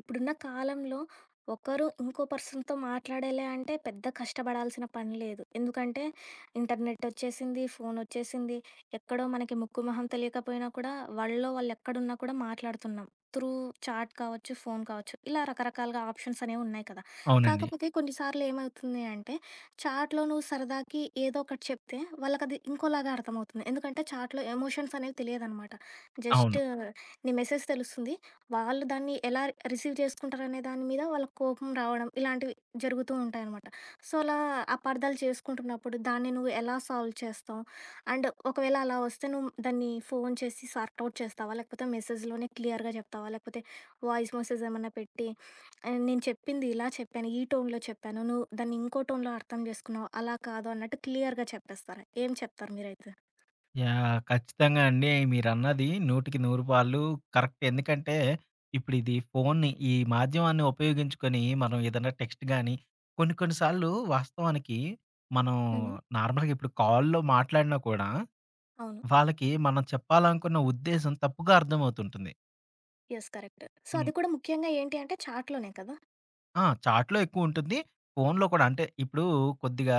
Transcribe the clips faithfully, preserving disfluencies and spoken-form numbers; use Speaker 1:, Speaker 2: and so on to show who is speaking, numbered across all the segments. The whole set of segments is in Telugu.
Speaker 1: ఇప్పుడున్న కాలంలో ఒకరు ఇంకో పర్సన్‌తో మాట్లాడాలి అంటే పెద్ద కష్టపడాల్సిన పని లేదు. ఎందుకంటే ఇంటర్నెట్ వచ్చేసింది, ఫోనొచ్చేసింది. ఎక్కడో మనకి ముక్కు, మొహం తెలియకపోయినా కూడా వాళ్ళలో వాళ్ళెక్కడున్నా కూడా మాట్లాడుతున్నాం. త్రూ చాట్ కావచ్చు, ఫోన్ కావచ్చు. ఇలా రకరకాలుగా ఆప్షన్స్ అనేవి ఉన్నాయి కదా!
Speaker 2: అవునండి.
Speaker 1: కాకపోతే కొన్నిసార్లు ఏమవుతుంది అంటే చాట్‌లో నువ్వు సరదాకి ఏదో ఒకటి చెప్తే వాళ్ళకది ఇంకోలాగా అర్థమవుతుంది. ఎందుకంటే చాట్‌లో ఎమోషన్స్ అనేవి తెలియదనమాట. జస్ట్
Speaker 2: అవును.
Speaker 1: నీ మెసేజ్ తెలుస్తుంది. వాళ్ళు దాన్ని ఎలా రిసీవ్ చేసుకుంటారనే దాని మీద వాళ్ళకి కోపం రావడం ఇలాంటివి జరుగుతూ ఉంటాయన్నమాట. సో, అలా అపార్థాలు చేసుకుంటున్నప్పుడు దాన్ని నువ్వు ఎలా సాల్వ్ చేస్తావు? అండ్ ఒకవేళ అలా వస్తే నువ్వు దాన్ని ఫోన్ చేసి సార్ట్ ఔట్ చేస్తావా? లేకపోతే మెసేజ్‌లోనే క్లియర్‌గా చెప్తావా? లేకపోతే వాయిస్ మెసేజ్ ఏమన్నా పెట్టి ఆహ్, నేను చెప్పింది ఇలా చెప్పాను. ఈ టోన్‌లో చెప్పాను. నువ్వు దాన్ని ఇంకో టోన్‌లో అర్థం చేసుకున్నావు. అలా కాదు అన్నట్టు క్లియర్‌గా చెప్పేస్తారా? ఏం చెప్తారు మీరైతే?
Speaker 2: యాహ్! ఖచ్చితంగా అండి. మీరన్నది నూటికి నూరు పాళ్ళు కరెక్ట్. ఎందుకంటే, ఇప్పుడిది ఫోన్‌ని ఈ మాధ్యమాన్ని ఉపయోగించుకొని మనం ఏదైనా టెక్స్ట్ గాని, కొన్ని కొన్ని సార్లు వాస్తవానికి మనం
Speaker 1: హ్మ్.
Speaker 2: నార్మల్‌గా ఇప్పుడు కాల్‌లో మాట్లాడినా కూడా,
Speaker 1: అవును.
Speaker 2: వాళ్ళకి మనం చెప్పాలనుకున్న ఉద్దేశం తప్పుగా అర్థమవుతుంటుంది.
Speaker 1: యెస్. కరెక్ట్. సో,
Speaker 2: హ్మ్.
Speaker 1: అది కూడా ముఖ్యంగా ఏంటి అంటే చాట్‌లోనే కదా!
Speaker 2: ఆ! చాట్‌లో ఎక్కువుంటుంది. ఫోనులో కూడా అంటే ఇప్పుడు కొద్దిగా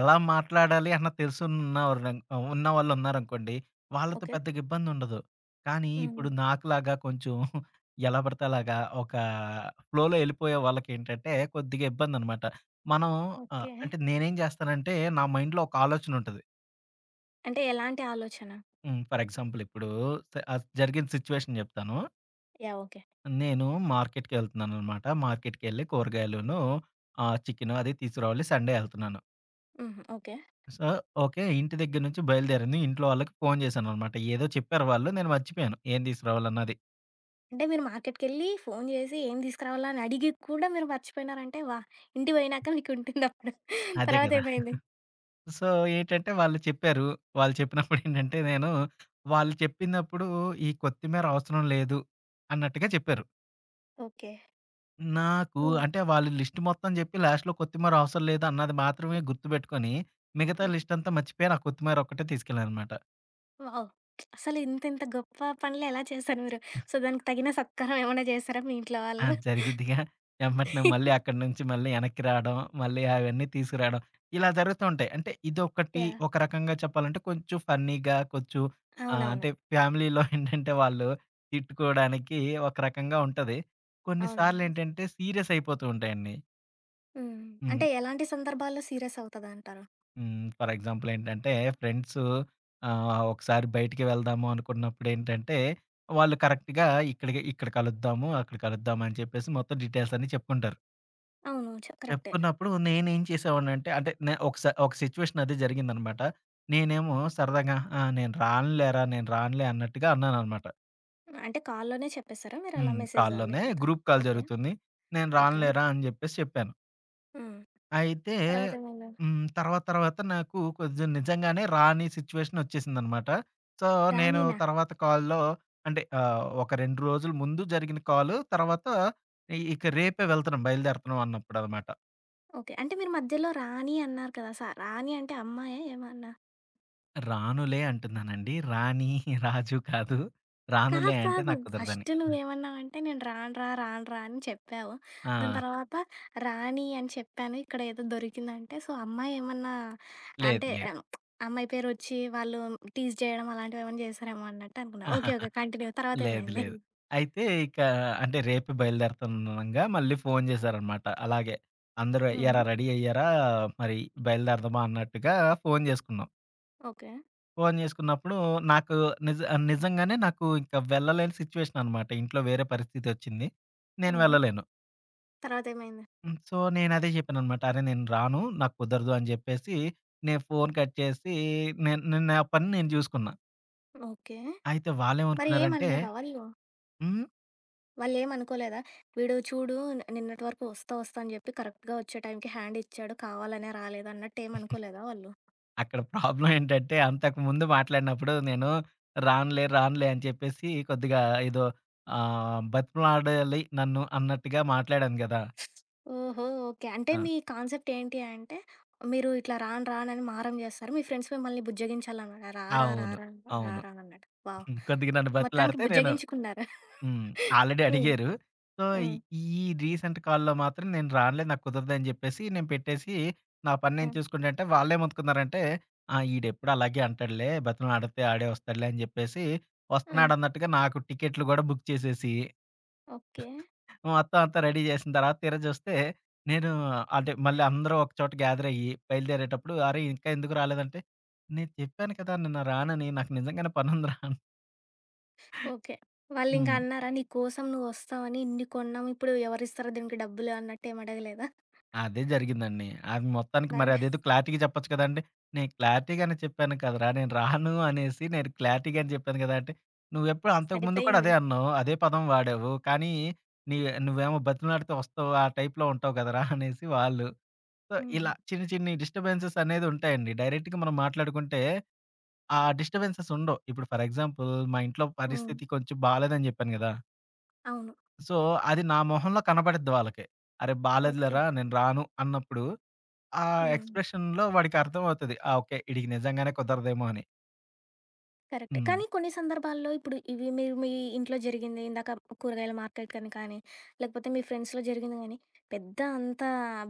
Speaker 2: ఎలా మాట్లాడాలి అన్న తెలుసున్నవరం ఉన్నవాళ్ళున్నారనుకోండి, వాళ్ళతో
Speaker 1: ఓకే.
Speaker 2: పెద్దగా ఇబ్బందుండదు. కానీ
Speaker 1: హ్మ్.
Speaker 2: ఇప్పుడు నాకులాగా కొంచెం ఎలా పడితే అలాగా ఒక ఫ్లోలో ఎళ్ళిపోయే వాళ్ళకేంటంటే కొద్దిగా ఇబ్బందనమాట. మనం ఆహ్,
Speaker 1: ఓకే.
Speaker 2: అంటే నేనేం చేస్తానంటే నా మైండ్‌లో ఒక ఆలోచనుంటది.
Speaker 1: అంటే ఎలాంటి ఆలోచన?
Speaker 2: హ్మ్. ఫర్ ఎగ్జాంపుల్ ఇప్పుడు స ఆహ్, జరిగిన సిచ్యువేషన్ చెప్తాను.
Speaker 1: యాహ్! ఓకే.
Speaker 2: నేను మార్కెట్‌కెళ్తున్నాననమాట. మార్కెట్‌కెళ్ళి కూరగాయలును, ఆహ్, చికెను అది తీసుకురావాలి. సండే ఎళ్తున్నాను.
Speaker 1: హుహు. ఓకే.
Speaker 2: So, okay. ఇంటి దగ్గర నుంచి బయలుదేరాను. ఇంట్లో వాళ్ళకి ఫోను చేశాననమాట. ఏదో చెప్పారు వాళ్ళు. నేను మర్చిపోయాను. ఏం తీసుకురావాలన్నది.
Speaker 1: అంటే మీరు మార్కెట్‌కెళ్ళి ఫోను జేసి ఏం తీసుకురావాలా అని అడిగి కూడా మీరు మర్చిపోయినారంటే వాహ్! ఇంటికి పోయినాక మీకుంటుందప్పుడు.
Speaker 2: అదే
Speaker 1: తర్వాత
Speaker 2: కదా!
Speaker 1: ఏమైంది?
Speaker 2: సో, ఏంటంటే వాళ్ళు చెప్పారు. వాళ్ళు చెప్పినప్పుడు ఏంటంటే నేను వాళ్ళు చెప్పినప్పుడు ఈ కొత్తిమీర అవసరం లేదు అన్నట్టుగా చెప్పారు.
Speaker 1: ఓకే.
Speaker 2: నాకు
Speaker 1: హ్మ్.
Speaker 2: అంటే వాళ్ళు లిస్ట్ మొత్తం చెప్పి లాస్ట్‌లో కొత్తిమీర అవసరం లేదు అన్నది మాత్రమే గుర్తుపెట్టుకొని మిగతా
Speaker 1: హ్మ్.
Speaker 2: లిస్టంతా మర్చిపోయి, ఆ కొత్తిమీర ఒక్కటే తీసుకెళ్ళాననమాట.
Speaker 1: వావ్! అసలు ఇంతింత గొప్ప పనులు ఎలా చేశారు మీరు? సో, దానికి తగిన సత్కారం ఏమన్నా చేశారా మీ ఇంట్లో
Speaker 2: ఆ!
Speaker 1: వాళ్ళు?
Speaker 2: జరిగిద్దిగా. ఎమ్మటనే మళ్ళీ అక్కడి నుంచి మళ్ళీ వెనక్కి రావడం, మళ్ళీ అవన్నీ తీసుకురావడం. ఇలా జరుగుతూ ఉంటాయి. అంటే ఇదొకటి
Speaker 1: యాహ్!
Speaker 2: ఒక రకంగా చెప్పాలంటే కొంచెం ఫన్నీగా కొంచెం ఆహ్,
Speaker 1: అవునవును.
Speaker 2: అంటే ఫ్యామిలీలో ఏంటంటే వాళ్ళు తిట్టుకోవడానికి ఒక రకంగా ఉంటది. కొన్నిసార్లు
Speaker 1: అవునవును.
Speaker 2: ఏంటంటే సీరియస్ అయిపోతూ ఉంటాయండి.
Speaker 1: హ్మ్.
Speaker 2: హ్మ్.
Speaker 1: అంటే ఎలాంటి సందర్భాల్లో సీరియస్ అవుతదంటారు?
Speaker 2: హ్మ్. ఫర్ ఎగ్జాంపుల్ ఏంటంటే ఫ్రెండ్స్ ఆహ్, ఒకసారి బయటికి వెళ్దాము అనుకున్నప్పుడు ఏంటంటే వాళ్ళు కరెక్ట్‌గా ఇక్కడికి ఇక్కడ కలుద్దాము, అక్కడ కలుద్దాం అని చెప్పేసి మొత్తం డీటెయిల్స్ అన్నీ చెప్పుకుంటారు.
Speaker 1: అవును. చ కరెక్టే.
Speaker 2: చెప్పుకున్నప్పుడు నేనేం చేసేవాడినంటే అంటే నే ఒకసా ఒక సిట్యుయేషన్ అది జరిగిందనమాట. నేనేమో సరదాగా "ఆ! నేను రానులేరా, నేను రానులే" అన్నట్టుగా అన్నాననమాట.
Speaker 1: అంటే కాల్‌లోనే చెప్పేసారా మీరలా?
Speaker 2: హ్మ్.
Speaker 1: మెసేజా
Speaker 2: కాల్‌లోనే
Speaker 1: లేకపోతే
Speaker 2: గ్రూప్ కాల్
Speaker 1: ఓకే.
Speaker 2: జరుగుతుంది. "నేను
Speaker 1: ఓకే.
Speaker 2: రానులేరా" అని జెప్పేసి చెప్పాను.
Speaker 1: హ్మ్.
Speaker 2: అయితే
Speaker 1: తర్వాతేమైంది?
Speaker 2: హ్మ్. తర్వాత తర్వాత నాకు కొంచెం నిజంగానే రాని సిట్యుయేషన్ ఒచ్చేసిందనమాట. సో, నేను
Speaker 1: రానీనా?
Speaker 2: తర్వాత కాల్‌లో అంటే ఆహ్, ఒక రెండు రోజుల ముందు జరిగిన కాలు తర్వాత ఇ ఇక రేపే వెళ్తున్నాం, బయలుదేరుతున్నాం అన్నప్పుడనమాట.
Speaker 1: ఓకే. అంటే మీరు మధ్యలో రాణి అన్నారు కదా! స రాణి అంటే అమ్మాయా ఏమన్నా?
Speaker 2: రానులే అంటున్నానండి. రాణి, రాజు కాదు.
Speaker 1: కాదు.
Speaker 2: రానులే అంటే
Speaker 1: కాదు.
Speaker 2: నాకు కుదరదని.
Speaker 1: ఫస్ట్ నువ్వేమన్నావంటే నేను రానురా, రానురా అని చెప్పావు. దాని
Speaker 2: ఆ!
Speaker 1: తర్వాత రాణి అని చెప్పాను. ఇక్కడ ఏదో దొరికిందంటే సో, అమ్మాయి ఏమన్నా
Speaker 2: లేదు.
Speaker 1: అంటే
Speaker 2: లేదు.
Speaker 1: ఆ, అమ్మాయి పేరొచ్చి వాళ్ళు టీజ్ చేయడం అలాంటివేమన్నా చేశారేమో అన్నట్టు అనుకున్నా. ఓకే. ఓకే. కంటిన్యూ.
Speaker 2: లేదు.
Speaker 1: తర్వాతేమైంది?
Speaker 2: లేదు. అయితే ఇక అంటే రేపు బయలుదేరుతుందనంగా మళ్ళీ ఫోను చేశారనమాట. అలాగే అందరూ
Speaker 1: హ్మ్. హుహు.
Speaker 2: అయ్యారా? రెడీ అయ్యారా? మరి బయలుదేరదామా అన్నట్టుగా ఫోను చేసుకున్నాం.
Speaker 1: ఓకే.
Speaker 2: ఫోను చేసుకున్నప్పుడు నాకు నిజ నిజంగానే నాకు ఇంక వెళ్ళలేని సిచ్యువేషన్ అనమాట. ఇంట్లో వేరే పరిస్థితొచ్చింది. నేను
Speaker 1: హుహు.
Speaker 2: వెళ్ళలేను.
Speaker 1: తర్వాతేమైంది?
Speaker 2: హ్మ్. సో, నేనదే జెప్పాననమాట. అరే! నేను రాను. నాకు కుదరదు అని జెప్పేసి, నేను ఫోన్ కట్ చేసి, నేను నేను నా పని నేను జూసుకున్నా.
Speaker 1: ఓకే.
Speaker 2: అయితే
Speaker 1: మరి
Speaker 2: వాళ్ళేమనుకున్నారంటే,
Speaker 1: ఏమనలేదా వాళ్ళు?
Speaker 2: హ్మ్.
Speaker 1: వాళ్ళేమనుకోలేదా? వీడు చూడు ని- నిన్నటి వరకు వస్తా, వస్తా అని చెప్పి కరెక్ట్‌గా వచ్చే టైంకి హ్యాండ్ ఇచ్చాడు. కావాలనే రాలేదు అన్నట్టు ఏమనుకోలేదా వాళ్ళు?
Speaker 2: అక్కడ ప్రాబ్లమ్ ఏంటంటే, అంతకుముందు మాట్లాడినప్పుడు నేను రానులే, రానులే అని చెప్పేసి కొద్దిగా ఏదో ఆహ్, బతిమలాడాలి నన్ను అన్నట్టుగా మాట్లాడాను గదా!
Speaker 1: ఓహో! ఓకే. అంటే
Speaker 2: ఆ!
Speaker 1: మీ కాన్సెప్ట్ ఏంటి అంటే, మీరు ఇట్లా రాను, రానని మారం చేస్తారు. మీ ఫ్రెండ్స్ మిమ్మల్ని బుజ్జగించాలన్నమాట. రా, రా, రా,
Speaker 2: అవును.
Speaker 1: రా, రా,
Speaker 2: అవును.
Speaker 1: రా అన్నట్టు. వావ్!
Speaker 2: కొద్దిగా నన్ను
Speaker 1: మొత్తానికి
Speaker 2: బతిలాడితే నేను
Speaker 1: బుజ్జగించుకున్నారు.
Speaker 2: హ్మ్. ఆల్రెడీ
Speaker 1: హ్మ్.
Speaker 2: అడిగారు. సో, ఈ
Speaker 1: హ్మ్.
Speaker 2: ఈ రీసెంట్ కాల్‌లో మాత్రం నేను రానులే నాకు కుదరదని జెప్పేసి నేను పెట్టేసి, నా పని నేను
Speaker 1: హ్మ్.
Speaker 2: చూసుకుంటుంటే వాళ్ళేమనుకున్నారంటే, ఆ! ఈడెప్పుడు అలాగే అంటాడులే బతిమలాడితే ఆడే వస్తాడులే అని జెప్పేసి,
Speaker 1: ఆ!
Speaker 2: వస్తున్నాడన్నట్టుగా నాకు టికెట్లు గూడా బుక్ చేసేసి,
Speaker 1: ఓకే.
Speaker 2: మొత్తం అంతా రెడీ జేసిన తర్వాత తీరా జూస్తే, నేను అంటే మళ్ళీ అందరూ ఒకచోట గ్యాదర్ అయ్యి బయలుదేరేటప్పుడు, "అరే! ఇంకా ఎందుకు రాలేదంటే, నేను చెప్పాను కదా! నిన్న రానని నాకు నిజంగానే పనుందిరా" అని.
Speaker 1: ఓకే. వాళ్ళింకా
Speaker 2: హ్మ్.
Speaker 1: అన్నారా? నీ కోసం నువ్వు వస్తావని ఇన్ని కొన్నాం. ఇప్పుడు ఎవరిస్తారో దీనికి డబ్బులు అన్నట్టు ఏమి అడగలేదా?
Speaker 2: అదే జరిగిందండి. అది మొత్తానికి మరి
Speaker 1: మరి
Speaker 2: అదేదో క్లారిటీగా చెప్పొచ్చు కదండీ! నేను క్లారిటీగానే చెప్పాను కదరా! నేను రాను అనేసి నేను క్లారిటీగానే చెప్పాను కదా! అంటే, "నువ్వెప్పుడు అంతకుముందు కూడా
Speaker 1: సరిపోయింది.
Speaker 2: అదే అన్నావు. అదే పదం వాడావు. కానీ నీ నువ్వేమో బతిమిలాడితే వస్తావు. ఆ టైప్‌లో ఉంటావు కదరా!" అనేసి వాళ్ళు. సో,
Speaker 1: హుహు.
Speaker 2: ఇలా చిన్ని చిన్ని డిస్టర్బెన్సెస్ అనేది ఉంటాయండి. డైరెక్ట్‌గా మనం మాట్లాడుకుంటే ఆ డిస్టర్బెన్సెస్ ఉండవు. ఇప్పుడు ఫర్ ఎగ్జాంపుల్ మా ఇంట్లో
Speaker 1: హ్మ్.
Speaker 2: పరిస్థితి కొంచెం బాలేదని చెప్పాను గదా!
Speaker 1: అవును.
Speaker 2: సో, అది నా మొహంలో కనపడిద్ది వాళ్ళకి. "అరే!
Speaker 1: ఓకే.
Speaker 2: బాలేదులేరా! నేను రాను" అన్నప్పుడు ఆ
Speaker 1: హ్మ్.
Speaker 2: ఎక్స్‌ప్రెషన్‌లో వాడికర్థమవుతది. ఆ! ఓకే. ఈడికి నిజంగానే కుదరదేమో అని.
Speaker 1: కరెక్ట్.
Speaker 2: హ్మ్.
Speaker 1: కానీ కొన్ని సందర్భాల్లో ఇప్పుడు ఇవి మీరు మీ ఇంట్లో జరిగింది ఇందాక కూరగాయల మార్కెట్ కని కానీ, లేకపోతే మీ ఫ్రెండ్స్‌లో జరిగింది గానీ, పెద్ద అంత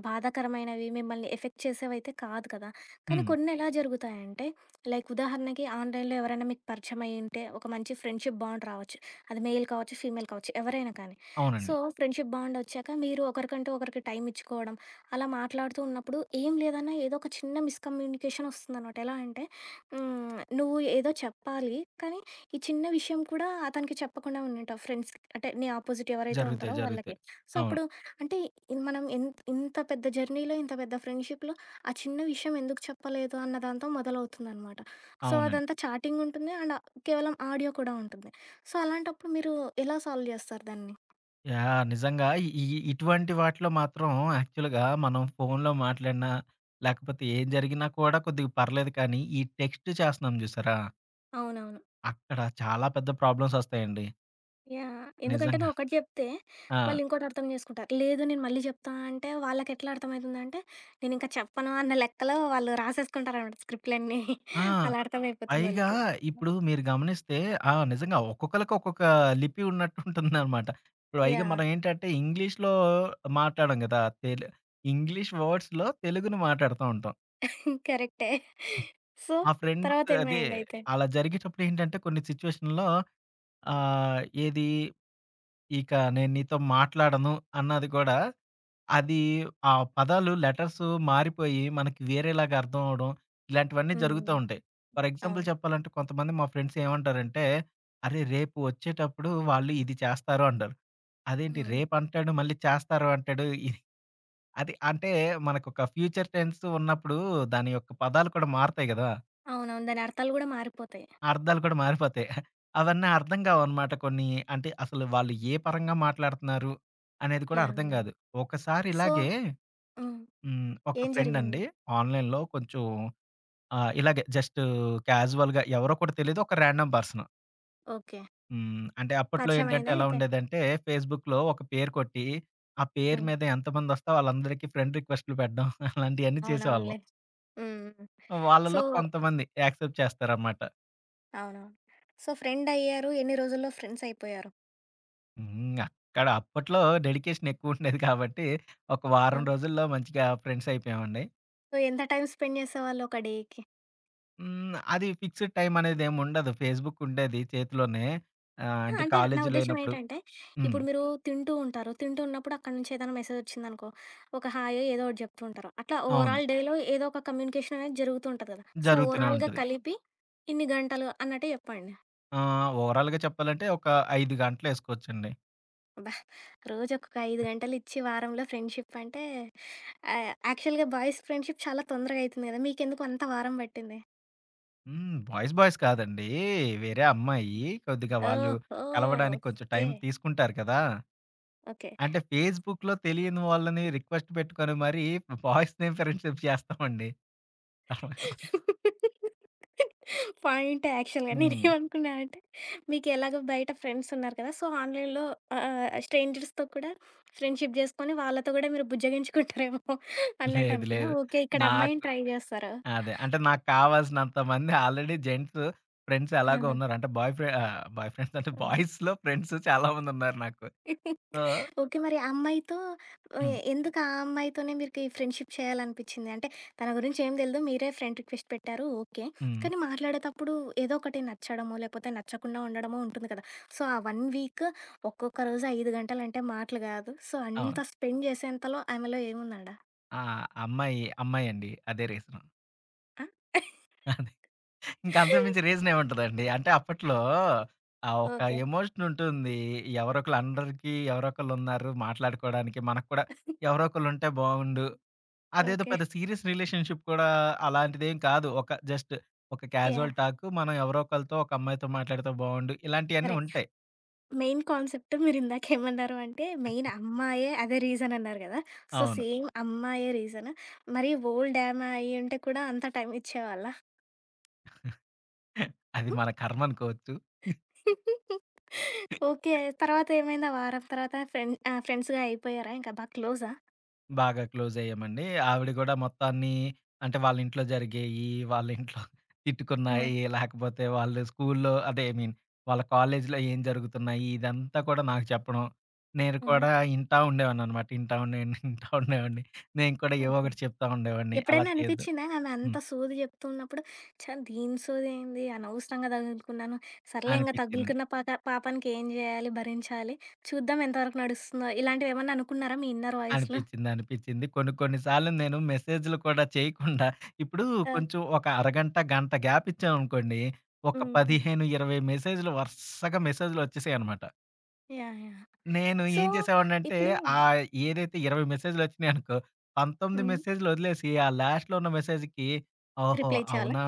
Speaker 1: బాధాకరమైనవి మిమ్మల్ని ఎఫెక్ట్ చేసేవైతే కాదు కదా! కానీ
Speaker 2: హ్మ్.
Speaker 1: కొన్నెలా జరుగుతాయంటే, లైక్ ఉదాహరణకి ఆన్‌లైన్‌లో ఎవరైనా మీకు పరిచయం అయ్యుంటే, ఒక మంచి ఫ్రెండ్‌షిప్ బాండ్ రావచ్చు. అది మెయిల్ కావచ్చు, ఫీమేల్ కావచ్చు ఎవరైనా కానీ.
Speaker 2: అవునండి.
Speaker 1: సో, ఫ్రెండ్‌షిప్ బాండ్ ఒచ్చాక మీరు ఒకరికంటూ ఒకరికి టైం ఇచ్చుకోవడం, అలా మాట్లాడుతూ ఉన్నప్పుడు ఏం లేదన్నా ఏదో ఒక చిన్న మిస్‌కమ్యూనికేషన్ ఒస్తుందనమాట. ఎలా అంటే, హ్మ్. నువ్వు ఏదో చెప్పాలి. కానీ ఈ చిన్న విషయం కూడా అతనికి చెప్పకుండా ఉండుంటావు ఫ్రెండ్స్‌కి. అంటే నీ అపోజిట్ ఎవరైతే
Speaker 2: జరుగుతాయి.
Speaker 1: ఉంటారో వాళ్ళకి.
Speaker 2: జరుగుతాయి.
Speaker 1: సో,
Speaker 2: అవును.
Speaker 1: అప్పుడు అంటే ఇ- మనం ఎంత్ ఇంత పెద్ద జర్నీలో, ఇంత పెద్ద ఫ్రెండ్‌షిప్‌లో ఆ చిన్న విషయం ఎందుకు చెప్పలేదు అన్న దాంతో మొదలవుతుందనమాట. సో,
Speaker 2: అవునండి.
Speaker 1: అదంతా చాటింగ్ ఉంటుంది. అండ్ కేవలం ఆడియో కూడా ఉంటుంది. సో, అలాంటప్పుడు మీరు ఎలా సాల్వ్ చేస్తారు దాన్ని?
Speaker 2: యాహ్! నిజంగా ఈ ఈ ఇటువంటి వాటిలో మాత్రం యాక్చువల్‌గా మనం ఫోన్‌లో మాట్లాడినా, లేకపోతే ఏం జరిగినా కూడా కొద్దిగా పర్లేదు కానీ, ఈ టెక్స్ట్ చేస్తన్నాం చూసారా?
Speaker 1: అవునవును.
Speaker 2: అక్కడ చాలా పెద్ద ప్రాబ్లమ్స్ వస్తాయండి.
Speaker 1: యాహ్! ఎందుకంటే
Speaker 2: నిజంగా.
Speaker 1: నువ్వొకటి జెప్తే
Speaker 2: ఆ!
Speaker 1: వాళ్ళింకోటి అర్థం జేసుకుంటారు. లేదు నేను మళ్ళీ జెప్తా అంటే వాళ్ళకెట్లా అర్థమైతుందంటే నేనింకా చెప్పను అన్న లెక్కలో వాళ్ళు రాసేసుకుంటారనమాట స్క్రిప్ట్‌లన్నీ.
Speaker 2: ఆ!
Speaker 1: అలా అర్థమైపోతుంది
Speaker 2: పైగా
Speaker 1: వాళ్ళకి.
Speaker 2: ఇప్పుడు మీరు గమనిస్తే ఆ! నిజంగా ఒక్కొక్కళ్ళకి ఒక్కొక్క లిపి ఉన్నట్టు ఉంటుందనమాట. ఇప్పుడు పైగా
Speaker 1: యాహ్!
Speaker 2: మనం ఏంటంటే ఇంగ్లీష్‌లో మాట్లాడం గదా! తెలు ఇంగ్లీష్ వర్డ్స్‌లో తెలుగుని మాట్లాడుతా ఉంటాం.
Speaker 1: కరెక్టే. సో,
Speaker 2: మా ఫ్రెండ్స్ అదే
Speaker 1: తర్వాతేమైందయితే?
Speaker 2: అలా జరిగేటప్పుడు ఏంటంటే కొన్ని సిట్యుయేషన్‌లో ఆహ్, ఏది ఇక నేను నీతో మాట్లాడను అన్నది కూడా అది ఆ పదాలు లెటర్స్ మారిపోయి మనకి వేరేలాగా అర్థం అవ్వడం ఇలాంటివన్నీ
Speaker 1: హ్మ్.
Speaker 2: జరుగుతూ
Speaker 1: హ్మ్.
Speaker 2: ఉంటాయి. ఫర్ ఎగ్జాంపుల్
Speaker 1: అవును.
Speaker 2: చెప్పాలంటే కొంతమంది మా ఫ్రెండ్స్ ఏమంటారంటే, "అరే! రేపు వచ్చేటప్పుడు వాళ్ళు ఇది చేస్తారు" అంటారు. అదేంటి
Speaker 1: హ్మ్.
Speaker 2: రేపు అంటాడు మళ్ళీ చేస్తారు అంటాడు. ఇది అది అంటే మనకొక ఫ్యూచర్ టెన్స్ ఉన్నప్పుడు దాని యొక్క పదాలు కూడా మారతాయి గదా!
Speaker 1: అవునవును. దాని అర్థాలు గూడా మారిపోతాయి.
Speaker 2: అర్థాలు కూడా మారిపోతాయి. అవన్నీ అర్థం కావనమాట కొన్ని. అంటే అసలు వాళ్ళు ఏ పరంగా మాట్లాడుతున్నారు అనేది కూడా
Speaker 1: యాహ్!
Speaker 2: అర్థం
Speaker 1: యాహ్!
Speaker 2: కాదు. ఒకసారి
Speaker 1: సో,
Speaker 2: ఇలాగే
Speaker 1: హ్మ్.
Speaker 2: హ్మ్. ఒక
Speaker 1: ఏం
Speaker 2: ఫ్రెండ్
Speaker 1: జరిగింది?
Speaker 2: అండి ఆన్‌లైన్‌లో కొంచెం ఆహ్, ఇలాగే జస్ట్ క్యాజువల్‌గా ఎవరో కూడా తెలీదు. ఒక రాండమ్ పర్సన్.
Speaker 1: ఓకే.
Speaker 2: హ్మ్. అంటే అప్పట్లో ఏంటంటే
Speaker 1: పరిచయమయిందా
Speaker 2: ఎలా
Speaker 1: అయితే?
Speaker 2: ఉండేదంటే ఫేస్‌బుక్‌లో ఒక పేరు కొట్టి, ఆ పేరు
Speaker 1: హ్మ్.
Speaker 2: మీద ఎంతమందొస్తే వాళ్ళందరికీ ఫ్రెండ్ రిక్వెస్ట్‌లు పెట్టడం అలాంటియన్నీ చేసేవాళ్ళం.
Speaker 1: అవునవునులే. హ్మ్. హ్మ్. సో,
Speaker 2: వాళ్ళలో కొంతమంది యాక్సెప్ట్ చేస్తారనమాట.
Speaker 1: అవునవును. సో, ఫ్రెండయ్యారు. ఎన్ని రోజుల్లో ఫ్రెండ్సయిపోయారు?
Speaker 2: హ్మ్. అక్కడ అప్పట్లో డెడికేషన్ ఎక్కువుండేది కాబట్టి, ఒక వారం
Speaker 1: హ్మ్.
Speaker 2: రోజుల్లో మంచిగా ఫ్రెండ్స్ అయిపోయామండి.
Speaker 1: సో, ఎంత టైమ్ స్పెండ్ చేసేవాళ్ళు ఒక డేకి?
Speaker 2: హ్మ్. అది ఫిక్స్‌డ్ టైమ్ అనేదేమి ఉండదు. ఫేస్‌బుక్ ఉండేది చేతిలోనే. ఆహ్,
Speaker 1: ఆ!
Speaker 2: అంటే
Speaker 1: అంటే నా
Speaker 2: కాలేజీ
Speaker 1: ఉద్దేశ్యం
Speaker 2: లేనప్పుడు
Speaker 1: ఏంటంటే,
Speaker 2: హ్మ్.
Speaker 1: ఇప్పుడు మీరు తింటూ ఉంటారు. తింటూ ఉన్నప్పుడు అక్కడి నుంచి ఏదైనా మెసేజొచ్చిందనుకో, ఒక హాయో ఏదో ఒకటి చెప్తూ ఉంటారు. అట్లా
Speaker 2: అవును.
Speaker 1: ఓవరాల్ డేలో ఏదో ఒక కమ్యూనికేషన్ అనేది జరుగుతూ ఉంటది కదా! సో,
Speaker 2: జరుగుతూనే
Speaker 1: ఓవరాల్‌గా
Speaker 2: ఉంటది.
Speaker 1: కలిపి ఇన్ని గంటలు అన్నట్టు చెప్పండి.
Speaker 2: ఆహ్, ఓవరాల్‌గా చెప్పాలంటే ఒక ఐదు గంటలేసుకోవచ్చండి.
Speaker 1: అబ్బా! రోజుకొక అయిదు గంటలిచ్చి వారంలో ఫ్రెండ్‌షిప్ అంటే ఆహ్, యాక్చువల్‌గా బాయ్స్ ఫ్రెండ్‌షిప్ చాలా తొందరగా అయితుంది కదా! మీకెందుకు అంత వారం పట్టింది?
Speaker 2: హ్మ్. బాయ్స్, బాయ్స్ కాదండి. వేరే అమ్మాయి. కొద్దిగా వాళ్ళు
Speaker 1: ఓహో!
Speaker 2: కలవడానికి కొంచెం
Speaker 1: ఓకే.
Speaker 2: టైం తీసుకుంటారు కదా!
Speaker 1: ఓకే.
Speaker 2: అంటే ఫేస్‌బుక్‌లో తెలియని వాళ్ళని రిక్వెస్ట్ పెట్టుకొని మరీ బాయ్స్‌నే ఫ్రెండ్‌షిప్ చేస్తామండి. తర్వా
Speaker 1: పాయింట్ యాక్షన్‌గా.
Speaker 2: హ్మ్.
Speaker 1: నేనేమనుకున్నా అంటే, మీకెలాగో బయట ఫ్రెండ్స్ ఉన్నారు కదా! సో, ఆన్‌లైన్‌లో ఆహ్, స్ట్రేంజర్స్‌తో కూడా ఫ్రెండ్‌షిప్ జేసుకొని, వాళ్ళతో గూడా మీరు బుజ్జగించుకుంటారేమో
Speaker 2: లేదు.
Speaker 1: అన్నట్టనుకున్నా.
Speaker 2: లేదు.
Speaker 1: ఓకే. ఇక్కడ
Speaker 2: నాకు
Speaker 1: అమ్మాయిని ట్రై జేస్తారు.
Speaker 2: అదే. అంటే నాకు కావాల్సినంత మంది ఆల్రెడీ జెంట్స్ ఫ్రెండ్స్ ఎలాగో
Speaker 1: ఆహా!
Speaker 2: ఉన్నారు. అంటే బాయ్ ఫ్రె ఆహ్, బాయ్ ఫ్రెండ్స్ అంటే
Speaker 1: హుహు.
Speaker 2: బాయ్స్‌లో ఫ్రెండ్స్ చాలా మందున్నారు నాకు. So
Speaker 1: okay. మరి ఆ అమ్మాయితో ఎ
Speaker 2: హ్మ్.
Speaker 1: ఎందుకు ఆ అమ్మాయితోనే మీరుకి ఫ్రెండ్‌షిప్ చేయాలనిపిచ్చింది? అంటే తన గురించి ఏం తెలీదు. మీరే ఫ్రెండ్ రిక్వెస్ట్ పెట్టారు. ఓకే.
Speaker 2: హ్మ్.
Speaker 1: కానీ మాట్లాడేతప్పుడు ఏదో ఒకటి నచ్చడమో, లేకపోతే నచ్చకుండా ఉండడమో ఉంటుంది కదా! సో, ఆ ఒక వీక్ ఒక్కొక్క రోజు అయిదు గంటలంటే మాటలు గాదు. సో, అంత
Speaker 2: అవును.
Speaker 1: స్పెండ్ చేసేంతలో ఆమెలో ఏముందాడ?
Speaker 2: ఆ! అమ్మాయి, అమ్మాయండి. అదే రీజను.
Speaker 1: ఆ!
Speaker 2: అదే. ఇంక అంతకు మించి రీజన్ ఏముంటదండి. అంటే అప్పట్లో ఆహ్, ఒక
Speaker 1: ఓకే.
Speaker 2: ఎమోషన్ ఉంటుంది. ఎవరో ఒకళ్ళు అందరికీ ఎవరో ఒకళ్ళు ఉన్నారు మాట్లాడుకోవడానికి. మనకు కూడా ఎవరో ఒకళ్ళు ఉంటే బావుండు. అదేదో
Speaker 1: ఓకే.
Speaker 2: పెద్ద సీరియస్ రిలేషన్‌షిప్ కూడా అలాంటిదేం కాదు. ఒక జస్ట్ ఒక క్యాజువల్
Speaker 1: యాహ్!
Speaker 2: టాక్. మనం ఎవరో ఒకళ్ళతో ఒక అమ్మాయితో మాట్లాడితే బావుండు. ఇలాంటియన్నీ
Speaker 1: సరే.
Speaker 2: ఉంటాయి.
Speaker 1: మెయిన్ కాన్సెప్ట్ మీరిందాకేమన్నారు అంటే, మెయిన్ అమ్మాయే అదే రీజన్ అన్నారు గదా! సో,
Speaker 2: అవును.
Speaker 1: సేమ్ అమ్మాయే రీజన్. మరి ఓల్డ్ ఆమె అయ్యుంటే కూడా అంత టైం ఇచ్చేవాళ్ళా?
Speaker 2: అది మన కర్మ అనుకోవచ్చు.
Speaker 1: ఓకే. తర్వాత ఏమైంది? ఆ వారం తర్వాత ఫ్రెండ్ ఆహ్, ఫ్రెండ్స్‌గా అయిపోయారా? ఇంకా బాగా క్లోజా?
Speaker 2: బాగా క్లోజ్ అయ్యామండి. ఆవిడ గూడా మొత్తం అన్నీ అంటే వాళ్ళ ఇంట్లో జరిగేయి, వాళ్ళ ఇంట్లో
Speaker 1: ఆ!
Speaker 2: తిట్టుకున్నాయి, లేకపోతే వాళ్ళు స్కూల్లో అదే ఐ మీన్ వాళ్ళ కాలేజీలో ఏం జరుగుతున్నాయి ఇదంతా కూడా నాకు చెప్పడం. నేను
Speaker 1: హ్మ్.
Speaker 2: కూడా ఇంటా ఉండేవాడిననమాట. ఇంటా ఉండేవాడిని, ఇంటా ఉండేవాడిని. నేను కూడా ఏవో
Speaker 1: ఓకే.
Speaker 2: ఒకటి చెప్తా ఉండేవాడిని. అలా
Speaker 1: ఎప్పుడైనా
Speaker 2: చేయొద్దు.
Speaker 1: అనిపిచ్చిందా? ఆమె అంత
Speaker 2: హ్మ్.
Speaker 1: సోది చెప్తున్నప్పుడు, ఛ! దీని సోదేంది? అనవసరంగా తగులుకున్నాను. సర్లే ఇంగ
Speaker 2: అనిపిచ్చింది.
Speaker 1: తగులుకున్న పాక పాపానికి ఏం జేయాలి? భరించాలి. చూద్దాం ఎంతవరకు నడుస్తుందో. ఇలాంటివేమన్నా అనుకున్నారా మీ ఇన్నర్ వాయిస్‌లో?
Speaker 2: అనిపిచ్చింది. అనిపిచ్చింది. కొన్ని కొన్ని సార్లు నేను మెసేజ్‌లు కూడా చేయకుండా ఇప్పుడు
Speaker 1: ఆ!
Speaker 2: కొంచెం ఒక అరగంట, గంట గ్యాప్ ఇచ్చామనుకోండి. ఒక
Speaker 1: హ్మ్. హ్మ్.
Speaker 2: పదిహేను, ఇరవై మెసేజ్‌లు వరుసగా మెసేజ్‌లు వచ్చేసాయన్నమాట.
Speaker 1: యాహ్! యాహ్!
Speaker 2: నేను
Speaker 1: సో,
Speaker 2: ఏం చేసేవాడినంటే
Speaker 1: ఇప్పుడు
Speaker 2: ఆహ్, ఏదైతే ఇరవై మెసేజ్‌లు వచ్చినాయనుకో, పంతొమ్మిది
Speaker 1: హ్మ్.
Speaker 2: మెసేజ్‌లు వదిలేసి ఆ లాస్ట్‌లో ఉన్న మెసేజ్‌కి ఓహో!
Speaker 1: రిప్లై ఇచ్చేవాళ్ళా?
Speaker 2: అవునా!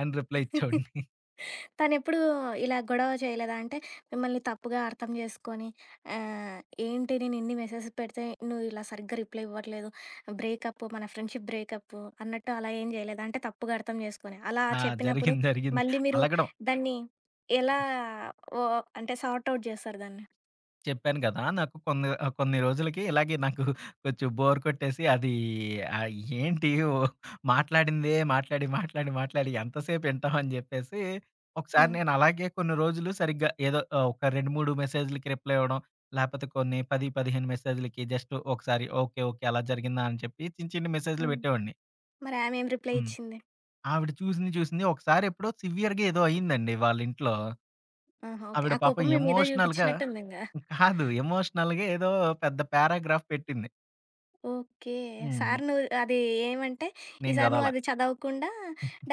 Speaker 2: అని రిప్లై ఇచ్చేవాడిని.
Speaker 1: తనెప్పుడు ఇలా గొడవ చేయలేదా? అంటే మిమ్మల్ని తప్పుగా అర్థం చేసుకొని ఆహ్, ఏంటి నేను ఇన్ని మెసేజెస్ పెడితే నువ్వు ఇలా సరిగ్గా రిప్లై ఇవ్వట్లేదు. బ్రేకప్ మన ఫ్రెండ్‌షిప్ బ్రేకప్ అన్నట్టు అలా ఏం చేయలేదా? అంటే తప్పుగా అర్థం చేసుకొని. అలా
Speaker 2: ఆ!
Speaker 1: చెప్పినప్పుడు
Speaker 2: జరిగింది. జరిగింది.
Speaker 1: మళ్ళీ మీరు
Speaker 2: అలగడం.
Speaker 1: దాన్ని ఎలా ఓ అంటే సార్ట్ ఔట్ చేస్తారు దాన్ని?
Speaker 2: చెప్పాను గదా! నాకు కొన్ని ఆహ్, కొన్ని రోజులకి ఇలాగే నాకు కొంచెం బోర్ కొట్టేసి అది ఆహ్, ఏంటి ఓ మాట్లాడిందే మాట్లాడి, మాట్లాడి, మాట్లాడి ఎంతసేపు వింటాం అని జెప్పేసి ఒకసారి
Speaker 1: హ్మ్.
Speaker 2: నేను అలాగే కొన్ని రోజులు సరిగ్గా ఏదో ఆహ్, ఒక రెండు, మూడు మెసేజ్‌లకి రిప్లై ఇవ్వడం. లేపోతే కొన్ని పది, పదిహేను మెసేజ్‌లకి జస్ట్ ఒకసారి ఓకే. ఓకే. అలా జరిగిందా అని చెప్పి చిన్న, చిన్న మెసేజ్‌లు
Speaker 1: హ్మ్.
Speaker 2: పెట్టేవాడిని.
Speaker 1: మరి ఆమె ఏం రిప్లై
Speaker 2: హ్మ్.
Speaker 1: ఇచ్చింది?
Speaker 2: ఆవిడ చూసింది, చూసింది ఒకసారి ఎప్పుడో సివియర్‌గా ఏదో అయిందండి వాళ్ళ ఇంట్లో.
Speaker 1: ఆహా! ఓకే.
Speaker 2: ఆవిడ
Speaker 1: ఆ
Speaker 2: పాపం
Speaker 1: కోపం మీ మీద
Speaker 2: ఎమోషనల్‌గా
Speaker 1: చూపించినట్టుందింగా.
Speaker 2: కాదు. ఎమోషనల్‌గా ఏదో పెద్ద పారాగ్రాఫ్ పెట్టింది.
Speaker 1: ఓకే.
Speaker 2: హ్మ్.
Speaker 1: సార్ నువ్వు అది ఏమంటే,
Speaker 2: నేను
Speaker 1: ఈసారి నువ్వు
Speaker 2: చదవల.
Speaker 1: అది చదవకుండా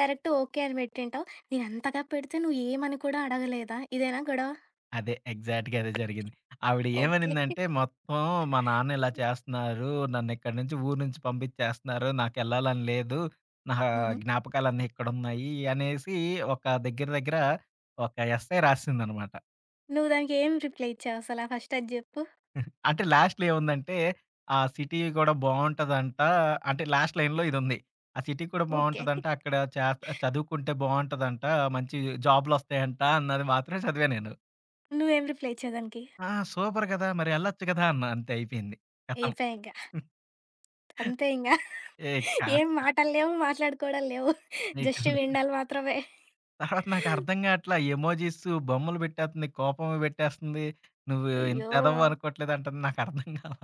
Speaker 1: డైరెక్ట్ ఓకే అని పెట్టింటావు. నేనంతగా పెడితే నువ్వేమని కూడా అడగలేదా? ఇదేనా గొడవ?
Speaker 2: అదే ఎగ్జాక్ట్‌గా అదే జరిగింది. ఆవిడ
Speaker 1: ఓకే.
Speaker 2: ఏమనిందంటే, "మొత్తం మా నాన్న ఇలా చేస్తున్నారు. నన్నిక్కడి నుంచి ఊరు నుంచి పంపించేస్తున్నారు. నాకెళ్ళాలని లేదు. నా
Speaker 1: హుహు.
Speaker 2: జ్ఞాపకాలన్నీ ఇక్కడున్నాయి" అనేసి ఒక దగ్గర దగ్గర ఒక ఎస్సై రాసేసిందనమాట.
Speaker 1: నువ్వు దానికేం రిప్లై ఇచ్చావసలా? ఫస్ట్ అది జెప్పు.
Speaker 2: అంటే లాస్ట్‌లో ఏముందంటే, ఆ సిటీ గూడా బావుంటదంట. అంటే లాస్ట్ లైన్‌లో ఇదుంది. ఆ సిటీ కూడా
Speaker 1: ఓకే.
Speaker 2: బావుంటదంట. అక్కడ చేస్త చదువుకుంటే బావుంటదంట. మంచి జాబ్‌లొస్తాయంట అన్నది మాత్రం చదివా నేను.
Speaker 1: నువ్వేం రిప్లై ఇచ్చావు దానికి?
Speaker 2: ఆ! సూపర్ గదా! మరి ఎళ్ళొచ్చు గదా! అన్నా. అంతే అయిపోయింది. ఖతం.
Speaker 1: అయిపాయే ఇంగ. అంతే ఇంగ.
Speaker 2: ఏ
Speaker 1: ఏం
Speaker 2: కాస్తం
Speaker 1: మాటలు లేవు, మాట్లాడుకోవడాలు లేవు.
Speaker 2: నీకు
Speaker 1: జస్ట్
Speaker 2: లే
Speaker 1: వినడాలు మాత్రమే.
Speaker 2: తర్వాత నాకర్థం గాట్లా. ఎమోజిస్ బొమ్మలు పెట్టేత్తుంది. కోపం పెట్టేస్తుంది. నువ్వు ఇంత
Speaker 1: అయ్యో!
Speaker 2: ఎదవవనుకోవట్లేదు అంటుంది. నాకర్థం కాలా.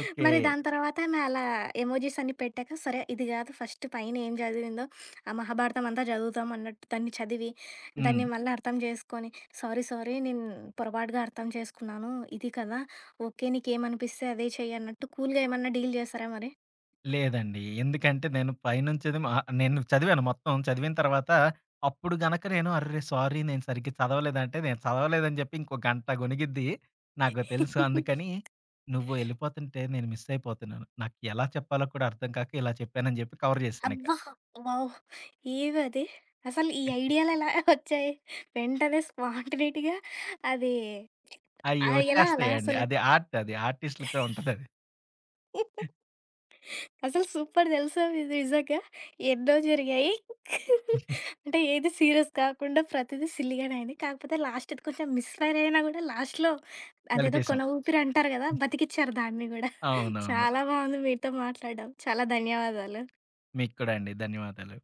Speaker 2: ఓకే.
Speaker 1: మరి దాని తర్వాత ఆమె అలా ఎమోజీస్ అన్ని పెట్టాక, సరే ఇది గాదు ఫస్ట్ పైన ఏం చదివిందో, ఆ మహాభారతం అంతా చదువుతాం అన్నట్టు దాన్ని చదివి,
Speaker 2: హ్మ్.
Speaker 1: దాన్ని మళ్ళీ అర్థం చేసుకొని, సారీ సారీ నేను పొరపాటుగా అర్థం చేసుకున్నాను. ఇది కదా! ఓకే. నీకేమనిపిస్తే అదే చెయ్యి అన్నట్టు కూల్‌గా ఏమన్నా డీల్ చేసారా మరి?
Speaker 2: లేదండి. ఎందుకంటే నేను పైనుంచేది మా నేను చదివాను మొత్తం. చదివిన తర్వాత అప్పుడు గనక నేను "అర్రె! సారీ నేను సరిగ్గా చదవలేదంటే" నేను చదవలేదని జెప్పి ఇంకో గంట గొణిగిద్ది. నాకు తెలుసు. అందుకని "నువ్వు ఎళ్ళిపోతుంటే నేను మిస్ అయిపోతున్నాను. నాకు ఎలా చెప్పాలో కూడా అర్థం కాక ఇలా చెప్పాను" అని జెప్పి కవర్ జేశానిక.
Speaker 1: అబ్బా! వావ్! ఏవది? అసలు ఈ ఐడియాలెలా వచ్చాయి? వెంటనే స్పాంటనేటిగా అది
Speaker 2: అయి
Speaker 1: ఆహ్, ఎలా అలా
Speaker 2: ఒచ్చేస్తాయండి.
Speaker 1: అసలు?
Speaker 2: అది ఆర్ట్ అది. ఆర్టిస్ట్‌లకే ఉంటదది.
Speaker 1: అసలు సూపర్ తెలుసా ఇది నిజంగా. ఎన్నో జరిగాయి. అంటే ఏది సీరియస్ కాకుండా ప్రతిది సిల్లీగానే అయింది. కాకపోతే లాస్ట్‌ది కొంచెం మిస్‌ఫైర్ అయినా గూడా లాస్ట్‌లో అదేదో
Speaker 2: కలిపేసాం.
Speaker 1: కొన ఊపిరి అంటారు గదా! బతికిచ్చారు దాన్ని గూడా.
Speaker 2: అవునవును.
Speaker 1: చాలా బావుంది మీతో మాట్లాడడం. చాలా ధన్యవాదాలు.
Speaker 2: మీకు కూడా అండి. ధన్యవాదాలు.